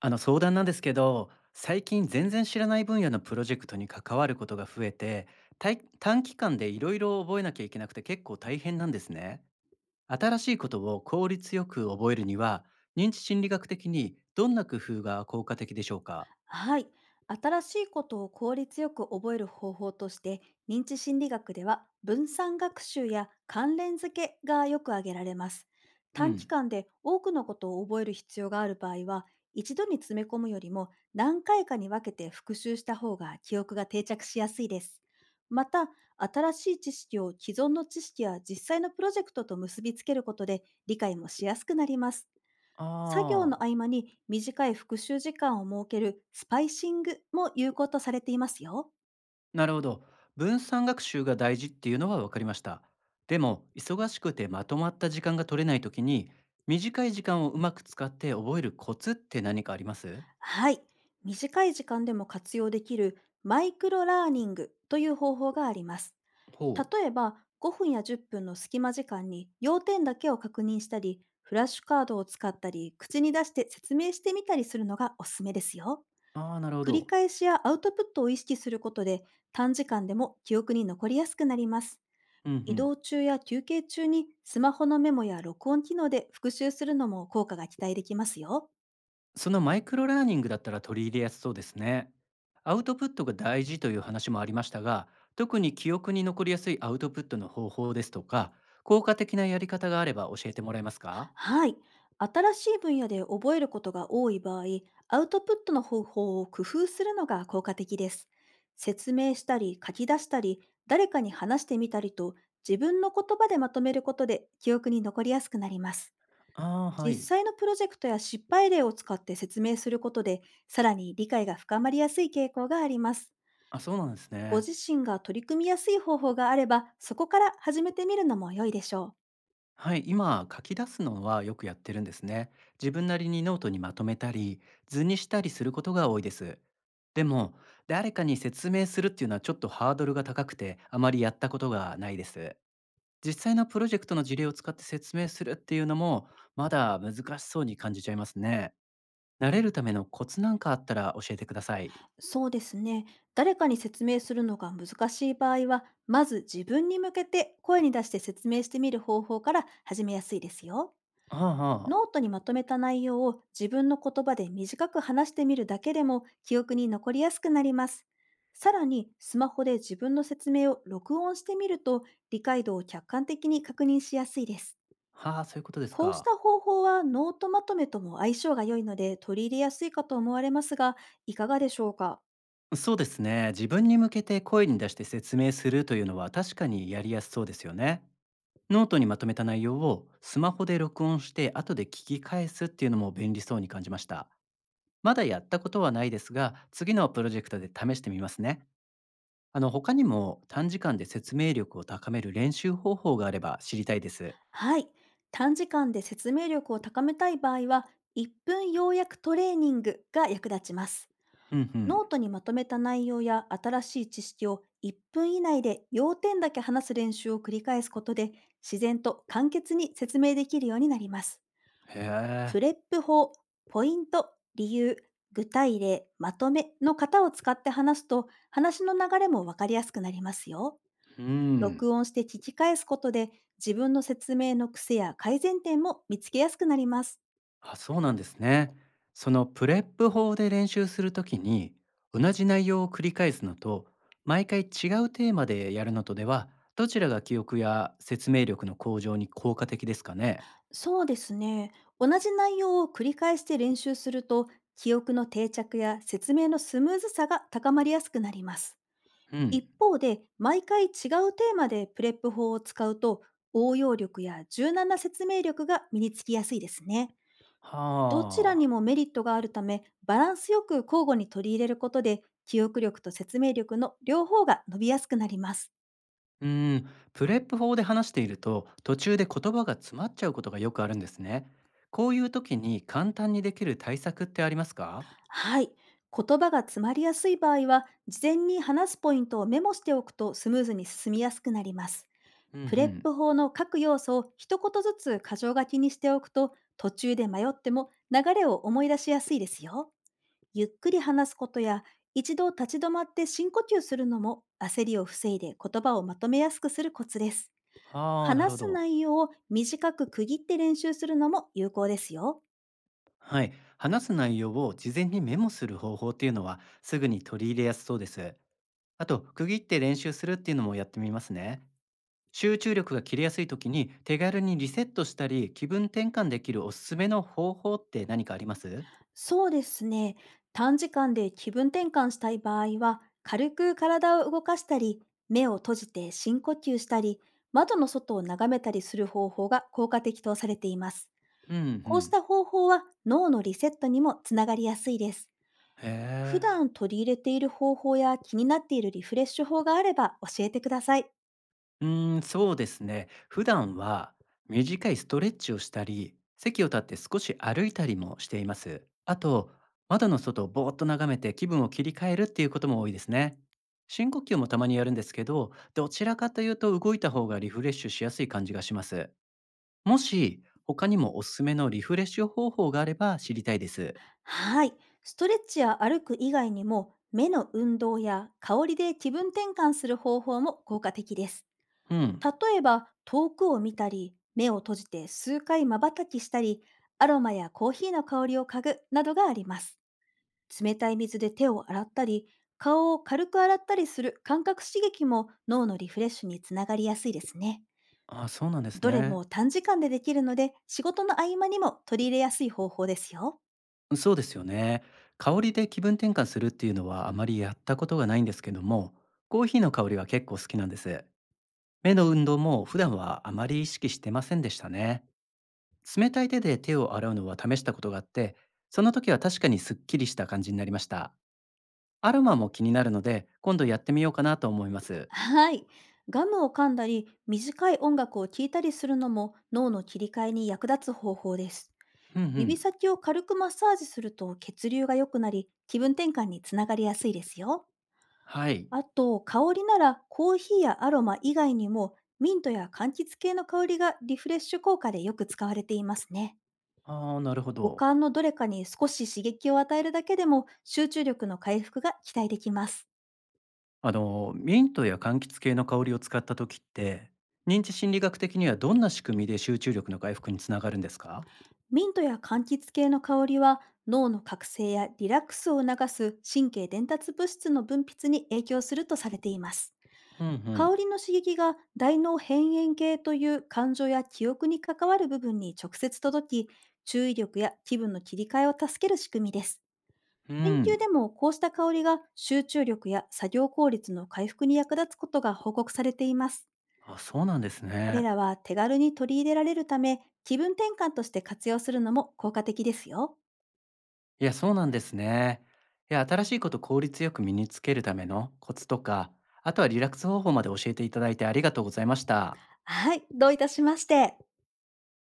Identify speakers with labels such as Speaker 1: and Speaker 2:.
Speaker 1: あの相談なんですけど、最近全然知らない分野のプロジェクトに関わることが増えて、短期間でいろいろ覚えなきゃいけなくて結構大変なんですね。新しいことを効率よく覚えるには、認知心理学的にどんな工夫が効果的でしょうか？
Speaker 2: はい。新しいことを効率よく覚える方法として、認知心理学では分散学習や関連付けがよく挙げられます。
Speaker 1: う
Speaker 2: 短期
Speaker 1: ん。
Speaker 2: 間で多くのことを覚える必要がある場合は、一度に詰め込むよりも何回かに分けて復習した方が記憶が定着しやすいです。また、新しい知識を既存の知識や実際のプロジェクトと結びつけることで理解もしやすくなります。作業
Speaker 1: あ
Speaker 2: の
Speaker 1: あ、
Speaker 2: 合間に短い復習時間を設けるスパイシングも有効とされていますよ。
Speaker 1: なるほど。分散学習が大事っていうのは分かりました。でも、忙しくてまとまった時間が取れないときに、短い時間をうまく使って覚えるコツって何かあります？
Speaker 2: はい。短い時間でも活用できるマイクロラーニングという方法があります。
Speaker 1: ほう。
Speaker 2: 例えば、5分や10分の隙間時間に要点だけを確認したり、フラッシュカードを使ったり、口に出して説明してみたりするのがおすすめですよ。
Speaker 1: ああ、なるほ
Speaker 2: 繰り
Speaker 1: ど。
Speaker 2: 返しやアウトプットを意識することで、短時間でも記憶に残りやすくなります。
Speaker 1: うんう
Speaker 2: 移
Speaker 1: ん。
Speaker 2: 動中や休憩中にスマホのメモや録音機能で復習するのも効果が期待できますよ。
Speaker 1: そのマイクロラーニングだったら取り入れやすそうですね。アウトプットが大事という話もありましたが、特に記憶に残りやすいアウトプットの方法ですとか、効果的なやり方があれば教えてもらえますか？
Speaker 2: はい。新しい分野で覚えることが多い場合、アウトプットの方法を工夫するのが効果的です。説明したり書き出したり、誰かに話してみたりと、自分の言葉でまとめることで記憶に残りやすくなります。
Speaker 1: ああー、は
Speaker 2: 実
Speaker 1: い。
Speaker 2: 際のプロジェクトや失敗例を使って説明することで、さらに理解が深まりやすい傾向があります。
Speaker 1: あ、そうなんです
Speaker 2: ご
Speaker 1: ね。
Speaker 2: 自身が取り組みやすい方法があれば、そこから始めてみるのも良いでしょう。
Speaker 1: はい、今書き出すのはよくやってるんですね。自分なりにノートにまとめたり、図にしたりすることが多いです。でも、誰かに説明するっていうのはちょっとハードルが高くて、あまりやったことがないです。実際のプロジェクトの事例を使って説明するっていうのも、まだ難しそうに感じちゃいますね。慣れるためのコツなんかあったら教えてください。
Speaker 2: そうですね。誰かに説明するのが難しい場合は、まず自分に向けて声に出して説明してみる方法から始めやすいですよ。
Speaker 1: ああ、
Speaker 2: ノ
Speaker 1: は
Speaker 2: ートにまとめた内容を自分の言葉で短く話してみるだけでも記憶に残りやすくなります。さらに、スマホで自分の説明を録音してみると理解度を客観的に確認しやすいです。
Speaker 1: あ、はあ、そういうことです
Speaker 2: こうし
Speaker 1: か。
Speaker 2: た方法はノートまとめとも相性が良いので取り入れやすいかと思われますが、いかがでしょうか？
Speaker 1: そうですね。自分に向けて声に出して説明するというのは確かにやりやすそうですよね。ノートにまとめた内容をスマホで録音して後で聞き返すっていうのも便利そうに感じました。まだやったことはないですが、次のプロジェクトで試してみますね。あの、他にも短時間で説明力を高める練習方法があれば知りたいです。
Speaker 2: はい。短時間で説明力を高めたい場合は、1分要約トレーニングが役立ちます。
Speaker 1: うんう
Speaker 2: ノ
Speaker 1: ん。
Speaker 2: ートにまとめた内容や新しい知識を1分以内で要点だけ話す練習を繰り返すことで、自然と簡潔に説明できるようになります。
Speaker 1: へ
Speaker 2: プ
Speaker 1: え。
Speaker 2: レップ法、ポイント、理由、具体例、まとめの型を使って話すと、話の流れもわかりやすくなりますよ。
Speaker 1: うん。
Speaker 2: 録音して聞き返すことで、自分の説明の癖や改善点も見つけやすくなります。
Speaker 1: あ、そうなんですね。そのプレップ法で練習するときに、同じ内容を繰り返すのと、毎回違うテーマでやるのとでは、どちらが記憶や説明力の向上に効果的ですかね？
Speaker 2: そうですね。同じ内容を繰り返して練習すると、記憶の定着や説明のスムーズさが高まりやすくなります。
Speaker 1: うん。
Speaker 2: 一方で、毎回違うテーマでプレップ法を使うと、応用力や柔軟な説明力が身につきやすいですね。どちら
Speaker 1: は
Speaker 2: に
Speaker 1: あ。
Speaker 2: もメリットがあるため、バランスよく交互に取り入れることで、記憶力と説明力の両方が伸びやすくなります。
Speaker 1: うーん、プレップ法で話していると途中で言葉が詰まっちゃうことがよくあるんですね。こういう時に簡単にできる対策ってありますか？
Speaker 2: はい。言葉が詰まりやすい場合は、事前に話すポイントをメモしておくとスムーズに進みやすくなります。
Speaker 1: うんう
Speaker 2: プレッ
Speaker 1: ん。
Speaker 2: プ法の各要素を一言ずつ箇条書きにしておくと、途中で迷っても流れを思い出しやすいですよ。ゆっくり話すことや、一度立ち止まって深呼吸するのも、焦りを防いで言葉をまとめやすくするコツです。
Speaker 1: はあ、なるほ
Speaker 2: 話す
Speaker 1: ど。
Speaker 2: 内容を短く区切って練習するのも有効ですよ。
Speaker 1: はい。話す内容を事前にメモする方法っていうのはすぐに取り入れやすそうです。あと、区切って練習するっていうのもやってみますね。集中力が切れやすい時に手軽にリセットしたり気分転換できるおすすめの方法って何かあります？
Speaker 2: そうですね。短時間で気分転換したい場合は、軽く体を動かしたり、目を閉じて深呼吸したり、窓の外を眺めたりする方法が効果的とされています。
Speaker 1: うんう
Speaker 2: こうし
Speaker 1: ん。
Speaker 2: た方法は脳のリセットにもつながりやすいです。
Speaker 1: へ
Speaker 2: 普
Speaker 1: え。
Speaker 2: 段取り入れている方法や気になっているリフレッシュ法があれば教えてください。
Speaker 1: うーん、そうですね。普段は短いストレッチをしたり、席を立って少し歩いたりもしています。あと、窓の外をぼーっと眺めて気分を切り替えるっていうことも多いですね。深呼吸もたまにやるんですけど、どちらかというと動いた方がリフレッシュしやすい感じがします。もし、他にもおすすめのリフレッシュ方法があれば知りたいです。
Speaker 2: はい。ストレッチや歩く以外にも、目の運動や香りで気分転換する方法も効果的です。
Speaker 1: うん。
Speaker 2: 例えば遠くを見たり、目を閉じて数回瞬きしたり、アロマやコーヒーの香りを嗅ぐなどがあります。冷たい水で手を洗ったり、顔を軽く洗ったりする感覚刺激も脳のリフレッシュにつながりやすいですね。
Speaker 1: あ、そうなんです
Speaker 2: どれ
Speaker 1: ね。
Speaker 2: も短時間でできるので、仕事の合間にも取り入れやすい方法ですよ。
Speaker 1: そうですよね。香りで気分転換するっていうのはあまりやったことがないんですけども、コーヒーの香りは結構好きなんです。目の運動も普段はあまり意識してませんでしたね。冷たい手で手を洗うのは試したことがあって、その時は確かにすっきりした感じになりました。アロマも気になるので、今度やってみようかなと思います。
Speaker 2: はい。ガムを噛んだり、短い音楽を聴いたりするのも脳の切り替えに役立つ方法です。
Speaker 1: うんう
Speaker 2: 指
Speaker 1: ん。
Speaker 2: 先を軽くマッサージすると血流が良くなり、気分転換につながりやすいですよ。
Speaker 1: はい。
Speaker 2: あと、香りならコーヒーやアロマ以外にも、ミントや柑橘系の香りがリフレッシュ効果でよく使われていますね。
Speaker 1: ああ、なるほ
Speaker 2: 五
Speaker 1: ど。
Speaker 2: 感のどれかに少し刺激を与えるだけでも集中力の回復が期待できます。
Speaker 1: あの、ミントや柑橘系の香りを使った時って、認知心理学的にはどんな仕組みで集中力の回復につながるんですか？
Speaker 2: ミントや柑橘系の香りは脳の覚醒やリラックスを促す神経伝達物質の分泌に影響するとされています。
Speaker 1: うんうん。
Speaker 2: 香りの刺激が大脳辺縁系という感情や記憶に関わる部分に直接届き、注意力や気分の切り替えを助ける仕組みです。
Speaker 1: う
Speaker 2: 研究で
Speaker 1: ん。
Speaker 2: もこうした香りが集中力や作業効率の回復に役立つことが報告されています。
Speaker 1: あ、そうなんです
Speaker 2: これ
Speaker 1: ね。
Speaker 2: らは手軽に取り入れられるため、気分転換として活用するのも効果的ですよ。
Speaker 1: いや、そうなんですね。いや、新しいことを効率よく身につけるためのコツとか、あとはリラックス方法まで教えていただいてありがとうございました。
Speaker 2: はい、どういたしまして。